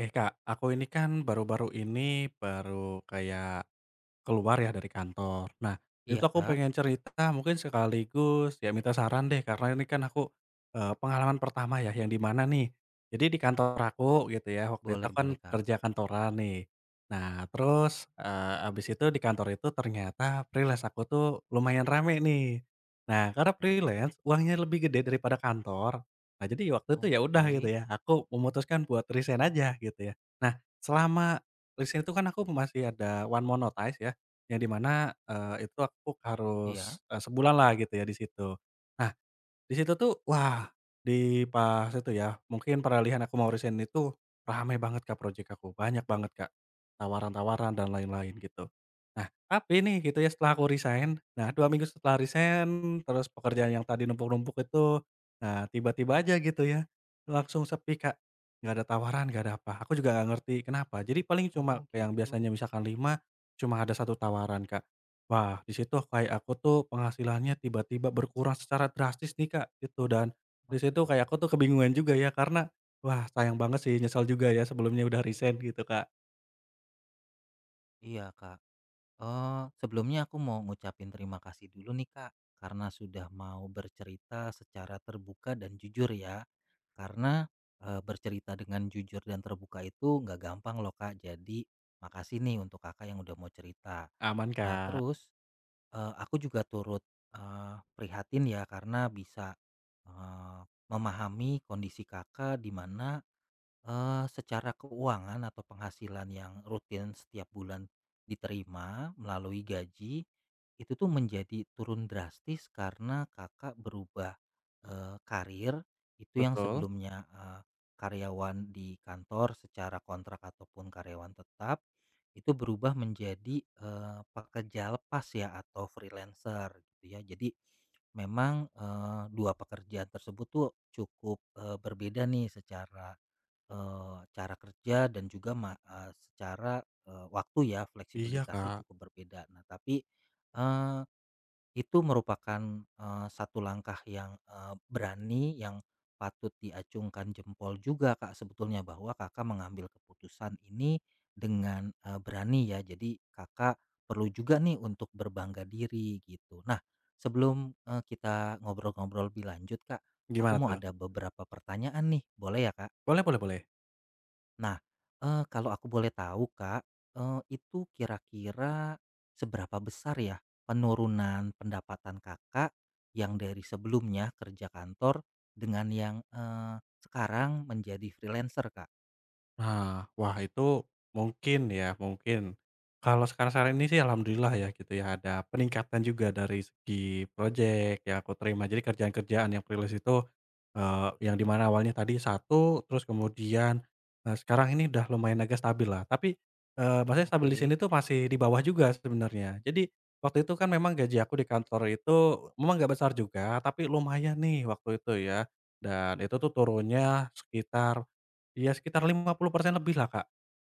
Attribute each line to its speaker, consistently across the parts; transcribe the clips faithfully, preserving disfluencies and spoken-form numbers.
Speaker 1: Eh Kak, aku ini kan baru-baru ini baru kayak keluar ya dari kantor. Nah, itu
Speaker 2: Iya,
Speaker 1: tuh aku, iya,
Speaker 2: Kak.
Speaker 1: pengen cerita mungkin sekaligus ya minta saran deh karena ini kan aku, eee, pengalaman pertama ya yang di mana nih, jadi di kantor aku gitu ya waktu itu
Speaker 2: Boleh
Speaker 1: aku kan
Speaker 2: boleh, Kak.
Speaker 1: kerja kantoran nih. Nah terus, eee, habis itu di kantor itu ternyata freelance aku tuh lumayan rame nih. Nah karena freelance uangnya lebih gede daripada kantor, nah jadi waktu itu ya udah gitu
Speaker 2: Oke.
Speaker 1: ya aku memutuskan buat resign aja gitu ya. Nah selama resign itu kan aku masih ada one monetize ya yang di mana, eee, itu aku
Speaker 2: Iya.
Speaker 1: harus, eee, sebulan lah gitu ya di situ. Nah, di situ tuh, wah, di pas itu ya, mungkin peralihan aku mau resign itu rame banget Kak project aku, banyak banget Kak, tawaran-tawaran dan lain-lain gitu. Nah, tapi nih gitu ya setelah aku resign, nah dua minggu setelah resign, terus pekerjaan yang tadi numpuk-numpuk itu, nah tiba-tiba aja gitu ya, langsung sepi Kak, nggak ada tawaran, nggak ada apa, aku juga nggak ngerti kenapa. Jadi paling cuma
Speaker 2: Oh,
Speaker 1: yang
Speaker 2: gitu.
Speaker 1: biasanya misalkan lima cuma ada satu tawaran Kak. Wah, di situ kayak aku tuh penghasilannya tiba-tiba berkurang secara drastis nih, Kak, gitu. Dan di situ
Speaker 2: Waduh.
Speaker 1: kayak aku tuh kebingungan juga ya karena, wah sayang banget sih, nyesel juga ya sebelumnya udah resign gitu, Kak.
Speaker 2: Iya, Kak. Eh sebelumnya aku mau ngucapin terima kasih dulu nih, Kak, karena sudah mau bercerita secara terbuka dan jujur ya. Karena, eee, bercerita dengan jujur dan terbuka itu nggak gampang loh, Kak. Jadi makasih nih untuk Kakak yang udah mau cerita.
Speaker 1: Aman,
Speaker 2: Nah,
Speaker 1: Kak.
Speaker 2: terus Eee, aku juga turut, eee, prihatin ya karena bisa, eee, memahami kondisi Kakak di mana, Eee, secara keuangan atau penghasilan yang rutin setiap bulan diterima melalui gaji, itu tuh menjadi turun drastis karena Kakak berubah, eee, karir. Itu yang
Speaker 1: Betul.
Speaker 2: sebelumnya, eee, karyawan di kantor secara kontrak ataupun karyawan tetap, itu berubah menjadi, eee, pekerja lepas ya atau freelancer gitu ya. Jadi memang, eee, dua pekerjaan tersebut tuh cukup, eee, berbeda nih secara Eee, cara kerja dan juga ma eee, secara, eee, waktu ya
Speaker 1: Iya,
Speaker 2: fleksibilitasnya
Speaker 1: Kak.
Speaker 2: cukup berbeda. Nah tapi, eee, itu merupakan, eee, satu langkah yang, eee, berani yang patut diacungkan jempol juga Kak sebetulnya bahwa Kakak mengambil keputusan ini dengan, eee, berani ya. Jadi Kakak perlu juga nih untuk berbangga diri gitu. Nah sebelum, eee, kita ngobrol-ngobrol lebih lanjut Kak, aku
Speaker 1: Gimana
Speaker 2: mau
Speaker 1: tuh?
Speaker 2: ada beberapa pertanyaan nih boleh ya Kak?
Speaker 1: Boleh boleh boleh.
Speaker 2: Nah, eee, kalau aku boleh tahu, Kak, eee, itu kira-kira seberapa besar ya penurunan pendapatan Kakak yang dari sebelumnya kerja kantor dengan yang, eee, sekarang menjadi freelancer, Kak?
Speaker 1: Nah, wah itu mungkin ya, mungkin. Kalau sekarang-sekarang ini sih alhamdulillah ya gitu ya, ada peningkatan juga dari segi project yang aku terima. Jadi kerjaan-kerjaan yang freelance itu, eee, yang di mana awalnya tadi satu terus kemudian, eee, sekarang ini udah lumayan agak stabil lah. Tapi, eee, maksudnya stabil di sini
Speaker 2: Oke.
Speaker 1: tuh masih di bawah juga sebenarnya. Jadi waktu itu kan memang gaji aku di kantor itu memang nggak besar juga, tapi lumayan nih waktu itu ya, dan itu tuh turunnya sekitar, iya, sekitar lima puluh persen lebih lah Kak.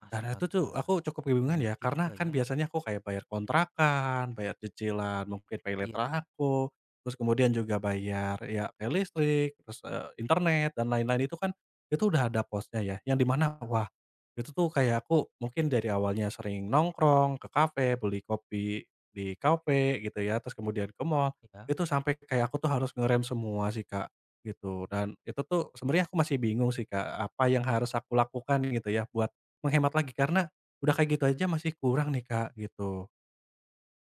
Speaker 1: Dan itu tuh
Speaker 2: Astaga,
Speaker 1: aku cukup kebingungan
Speaker 2: banyak
Speaker 1: ya, karena
Speaker 2: juga
Speaker 1: kan
Speaker 2: ya.
Speaker 1: biasanya aku kayak bayar kontrakan, bayar cicilan, mungkin pay
Speaker 2: Iya
Speaker 1: later aku, terus kemudian juga bayar ya pay listrik, terus, eee, internet dan lain-lain itu kan, itu udah ada posnya ya, yang dimana wah, itu tuh kayak aku mungkin dari awalnya sering nongkrong, ke kafe, beli kopi di kafe gitu ya, terus kemudian ke mall,
Speaker 2: iya.
Speaker 1: itu sampai kayak aku tuh harus ngerem semua sih, Kak. Gitu, dan itu tuh sebenarnya aku masih bingung sih, Kak, apa yang harus aku lakukan gitu ya buat menghemat lagi, karena udah kayak gitu aja masih kurang nih, Kak, gitu.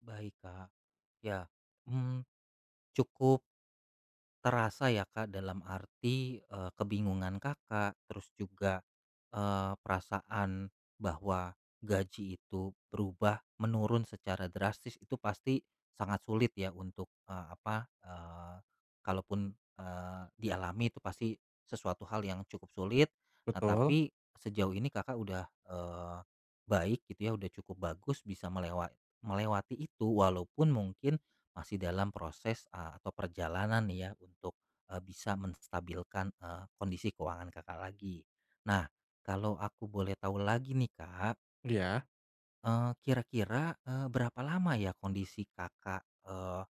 Speaker 2: Baik, Kak. Ya, mmm, cukup terasa ya Kak, dalam arti, eee, kebingungan Kakak, terus juga, eee, perasaan bahwa gaji itu berubah, menurun secara drastis itu pasti sangat sulit ya untuk, eee, apa, eee, kalaupun, eee, dialami itu pasti sesuatu hal yang cukup sulit. Nah,
Speaker 1: Betul,
Speaker 2: tapi sejauh ini Kakak udah, eee, baik gitu ya, udah cukup bagus bisa melewa melewati itu walaupun mungkin masih dalam proses, eee, atau perjalanan nih ya untuk, eee, bisa menstabilkan, eee, kondisi keuangan Kakak lagi. Nah, kalau aku boleh tahu lagi nih Kak,
Speaker 1: iya.
Speaker 2: eee, kira-kira, eee, berapa lama ya kondisi Kakak, eee,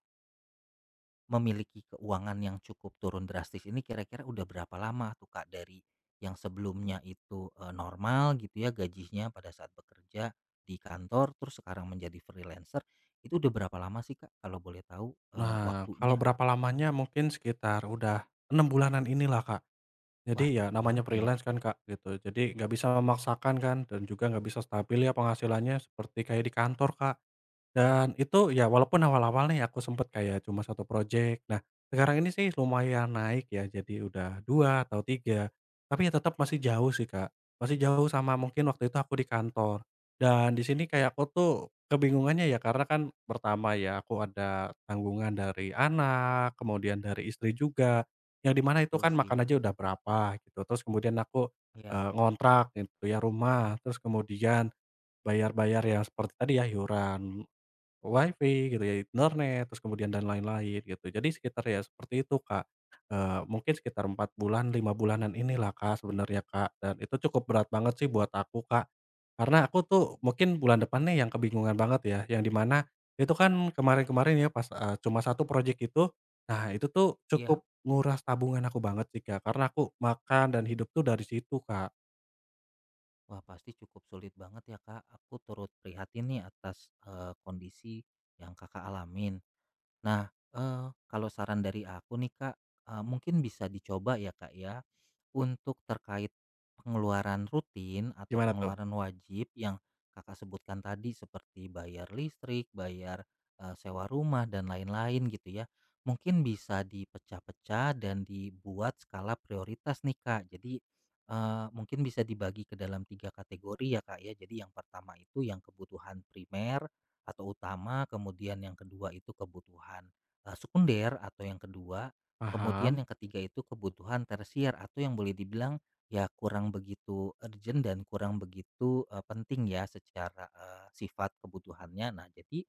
Speaker 2: memiliki keuangan yang cukup turun drastis ini kira-kira udah berapa lama tuh Kak dari yang sebelumnya itu, eee, normal gitu ya gajinya pada saat bekerja di kantor, terus sekarang menjadi freelancer, itu udah berapa lama sih Kak kalau boleh tahu, eee,
Speaker 1: Nah, kalau
Speaker 2: waktunya?
Speaker 1: berapa lamanya mungkin sekitar udah enam bulanan inilah, Kak.
Speaker 2: Wah,
Speaker 1: Jadi ya
Speaker 2: cukup
Speaker 1: namanya
Speaker 2: lama ya.
Speaker 1: freelance kan, Kak, gitu. Jadi nggak bisa memaksakan kan dan juga nggak bisa stabil ya penghasilannya seperti kayak di kantor, Kak. Dan itu ya walaupun awal-awalnya ya aku sempet kayak cuma satu project. Nah, sekarang ini sih lumayan naik ya, jadi udah dua atau tiga. Tapi ya tetap masih jauh sih, Kak. Masih jauh sama mungkin waktu itu aku di kantor. Dan di sini kayak aku tuh kebingungannya ya karena kan pertama ya aku ada tanggungan dari anak, kemudian dari istri juga, yang di mana itu
Speaker 2: Betul
Speaker 1: kan makan
Speaker 2: sih.
Speaker 1: aja udah berapa gitu. Terus kemudian aku,
Speaker 2: Iya,
Speaker 1: eee, ngontrak gitu ya rumah, terus kemudian bayar-bayar yang seperti tadi ya, iuran. Wifi gitu ya, internet, terus kemudian dan lain-lain gitu. Jadi sekitar ya seperti itu, Kak. Eee, mungkin sekitar empat bulan, lima bulanan inilah, Kak, sebenarnya, Kak, dan itu cukup berat banget sih buat aku, Kak. Karena aku tuh mungkin bulan depannya yang kebingungan banget ya, yang di mana itu kan kemarin-kemarin ya pas, eee, cuma satu project itu, nah itu tuh cukup
Speaker 2: iya.
Speaker 1: nguras tabungan aku banget sih, Kak, karena aku makan dan hidup tuh dari situ, Kak.
Speaker 2: Wah, pasti cukup sulit banget ya, Kak. Aku turut prihatin nih atas eh, kondisi yang Kakak alamin. Nah, eee, kalau saran dari aku nih, Kak, eee, mungkin bisa dicoba ya, Kak, ya, untuk terkait pengeluaran rutin atau
Speaker 1: Gimana tuh?
Speaker 2: pengeluaran wajib yang Kakak sebutkan tadi seperti bayar listrik, bayar, eee, sewa rumah dan lain-lain gitu ya. Mungkin bisa dipecah-pecah dan dibuat skala prioritas nih, Kak. Jadi, eee, mungkin bisa dibagi ke dalam tiga kategori ya, Kak, ya. Jadi yang pertama itu yang kebutuhan primer, atau utama, kemudian yang kedua itu kebutuhan, eee, sekunder atau yang kedua, kemudian
Speaker 1: Paham?
Speaker 2: yang ketiga itu kebutuhan tersier atau yang boleh dibilang ya kurang begitu urgent dan kurang begitu, eee, penting ya secara, eee, sifat kebutuhannya. Nah jadi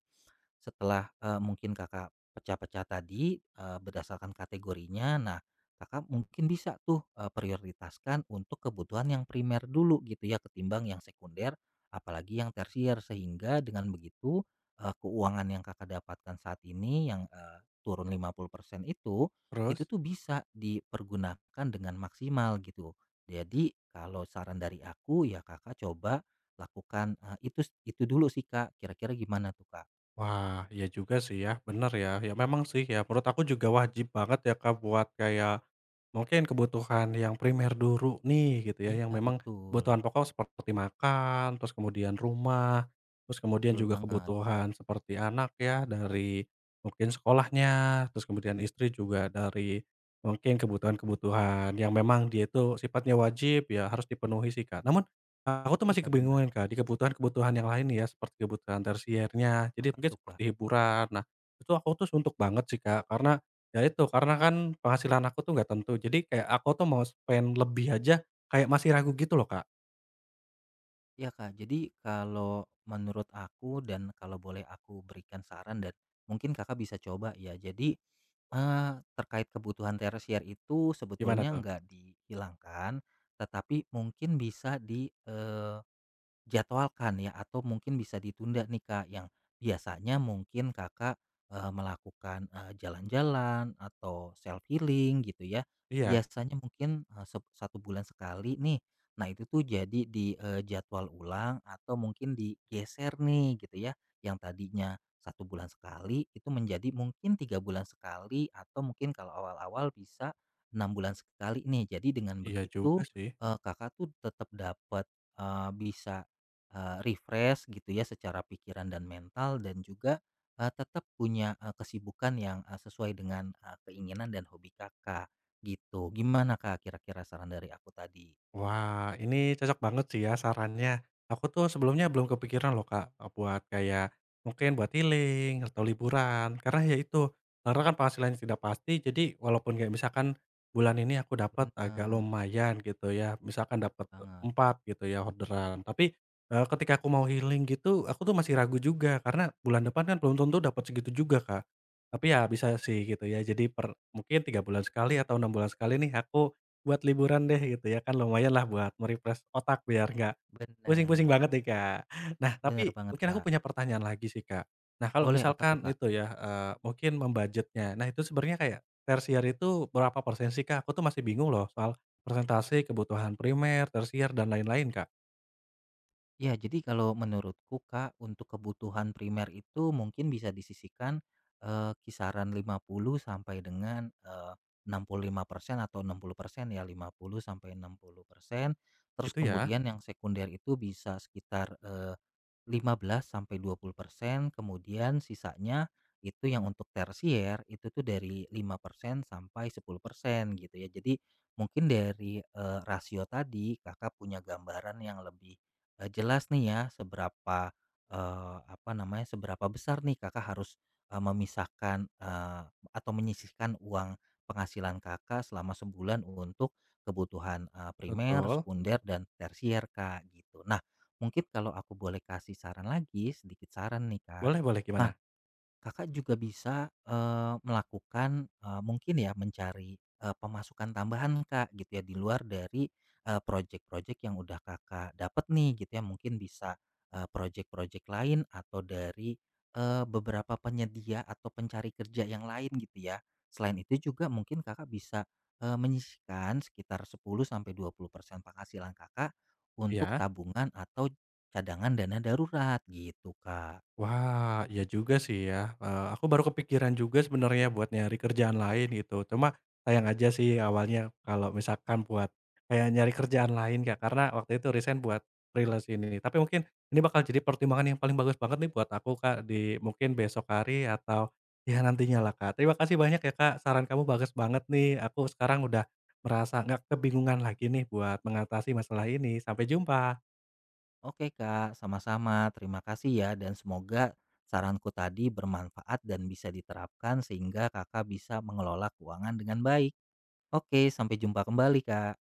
Speaker 2: setelah, eee, mungkin Kakak pecah-pecah tadi, eee, berdasarkan kategorinya, nah Kakak mungkin bisa tuh, eee, prioritaskan untuk kebutuhan yang primer dulu gitu ya ketimbang yang sekunder, apalagi yang tersier sehingga dengan begitu Eee, keuangan yang Kakak dapatkan saat ini yang, eee, turun lima puluh persen itu, itu
Speaker 1: Terus?
Speaker 2: tuh bisa dipergunakan dengan maksimal gitu. Jadi kalau saran dari aku ya Kakak coba lakukan, eee, itu itu dulu sih Kak, kira-kira gimana tuh Kak?
Speaker 1: Wah, iya juga sih ya, bener ya. Ya memang sih ya, menurut aku juga wajib banget ya Kak buat kayak, mungkin kebutuhan yang primer dulu nih gitu ya, yang
Speaker 2: Iya
Speaker 1: memang kebutuhan
Speaker 2: betul,
Speaker 1: pokok seperti makan, terus kemudian rumah, terus kemudian
Speaker 2: betul
Speaker 1: juga
Speaker 2: banget.
Speaker 1: kebutuhan seperti anak ya dari mungkin sekolahnya, terus kemudian istri juga dari mungkin kebutuhan-kebutuhan yang memang dia itu sifatnya wajib ya harus dipenuhi sih, Kak. Namun aku tuh masih
Speaker 2: Iya benar.
Speaker 1: kebingungan, Kak, di kebutuhan-kebutuhan yang lain nih ya seperti kebutuhan tersiernya, jadi
Speaker 2: Apa
Speaker 1: mungkin
Speaker 2: tuh
Speaker 1: seperti
Speaker 2: Kak?
Speaker 1: hiburan. Nah, itu aku tuh suntuk banget sih, Kak, karena ya itu, karena kan penghasilan aku tuh nggak tentu. Jadi kayak aku tuh mau spend lebih aja kayak masih ragu gitu loh, Kak.
Speaker 2: Iya Kak, jadi kalau menurut aku dan kalau boleh aku berikan saran dan mungkin Kakak bisa coba ya. Jadi eh, terkait kebutuhan tersier itu
Speaker 1: Gimana
Speaker 2: sebetulnya
Speaker 1: tuh?
Speaker 2: nggak dihilangkan, tetapi mungkin bisa di eh, jadwalkan ya atau mungkin bisa ditunda nih Kak, yang biasanya mungkin Kakak, eee, melakukan, eee, jalan-jalan atau self healing gitu ya,
Speaker 1: Iya.
Speaker 2: biasanya mungkin, eee, sep satu bulan sekali nih. Nah itu tuh jadi di, eee, jadwal ulang atau mungkin digeser nih gitu ya, yang tadinya satu bulan sekali itu menjadi mungkin tiga bulan sekali atau mungkin kalau awal-awal bisa enam bulan sekali nih. Jadi dengan
Speaker 1: Iya
Speaker 2: begitu,
Speaker 1: juga sih.
Speaker 2: eee, Kakak tuh tetap dapat, eee, bisa eee, refresh gitu ya secara pikiran dan mental dan juga, eee, tetap punya, eee, kesibukan yang, eee, sesuai dengan, eee, keinginan dan hobi Kakak, gitu. Gimana Kak kira-kira saran dari aku tadi?
Speaker 1: Wah, ini cocok banget sih ya sarannya. Aku tuh sebelumnya belum kepikiran loh Kak, e buat kayak mungkin buat healing atau liburan. Karena ya itu, karena kan penghasilannya tidak pasti, jadi walaupun kayak misalkan bulan ini aku dapat agak
Speaker 2: Bener,
Speaker 1: lumayan gitu ya, misalkan dapat,
Speaker 2: betul banget.
Speaker 1: empat gitu ya orderan. Tapi, eee, ketika aku mau healing gitu, aku tuh masih ragu juga karena bulan depan kan belum tentu dapat segitu juga Kak. Tapi ya bisa sih gitu ya, jadi per mungkin tiga bulan sekali atau enam bulan sekali nih aku buat liburan deh gitu ya kan lumayan lah buat merefresh otak biar nggak pusing-pusing
Speaker 2: Bener,
Speaker 1: banget nih, Kak. Nah
Speaker 2: bener
Speaker 1: tapi
Speaker 2: banget
Speaker 1: mungkin aku
Speaker 2: Kak.
Speaker 1: punya pertanyaan lagi sih, Kak. Nah kalau
Speaker 2: Boleh apa
Speaker 1: misalkan
Speaker 2: tuh Kak?
Speaker 1: itu ya, eee, mungkin mem nah itu sebenarnya kayak tersier itu berapa persen sih, Kak? Aku tuh masih bingung loh soal persentase kebutuhan primer, tersier, dan lain-lain, Kak.
Speaker 2: Ya, jadi kalau menurutku Kak, untuk kebutuhan primer itu mungkin bisa disisihkan eh, kisaran lima puluh sampai dengan eh, enam puluh lima persen atau enam puluh persen ya, lima puluh sampai enam puluh persen. Terus
Speaker 1: Itu ya?
Speaker 2: kemudian yang sekunder itu bisa sekitar eh, lima belas sampai dua puluh persen kemudian sisanya itu yang untuk tersier itu tuh dari lima persen sampai sepuluh persen gitu ya. Jadi mungkin dari eh, rasio tadi Kakak punya gambaran yang lebih Eee, jelas nih ya seberapa, eee, apa namanya, seberapa besar nih Kakak harus, eee, memisahkan, eee, atau menyisihkan uang penghasilan Kakak selama sebulan untuk kebutuhan, eee, primer,
Speaker 1: Betul.
Speaker 2: sekunder, dan tersier, Kak, gitu. Nah, mungkin kalau aku boleh kasih saran lagi, sedikit saran nih, Kak.
Speaker 1: Boleh boleh, gimana?
Speaker 2: Kakak juga bisa, eee, melakukan, eee, mungkin ya mencari, eee, pemasukan tambahan Kak gitu ya di luar dari, eee, project-project yang udah Kakak dapat nih gitu ya mungkin bisa, eee, project-project lain atau dari, eee, beberapa penyedia atau pencari kerja yang lain gitu ya. Selain itu juga mungkin Kakak bisa, eee, menyisihkan sekitar sepuluh-dua puluh persen penghasilan Kakak untuk
Speaker 1: Iya.
Speaker 2: tabungan atau cadangan dana darurat gitu Kak.
Speaker 1: Wah, iya juga sih ya, eee, aku baru kepikiran juga sebenarnya buat nyari kerjaan lain gitu, cuma sayang aja sih awalnya kalau misalkan buat kayak nyari kerjaan lain Kak, karena waktu itu resign buat freelance ini. Tapi mungkin ini bakal jadi pertimbangan yang paling bagus banget nih buat aku Kak, di mungkin besok hari atau ya nantinya lah Kak. Terima kasih banyak ya Kak, saran kamu bagus banget nih, aku sekarang udah merasa nggak kebingungan lagi nih buat mengatasi masalah ini. Sampai jumpa.
Speaker 2: Oke Kak, sama-sama. Terima kasih ya dan semoga saranku tadi bermanfaat dan bisa diterapkan sehingga Kakak bisa mengelola keuangan dengan baik. Oke, sampai jumpa kembali Kak.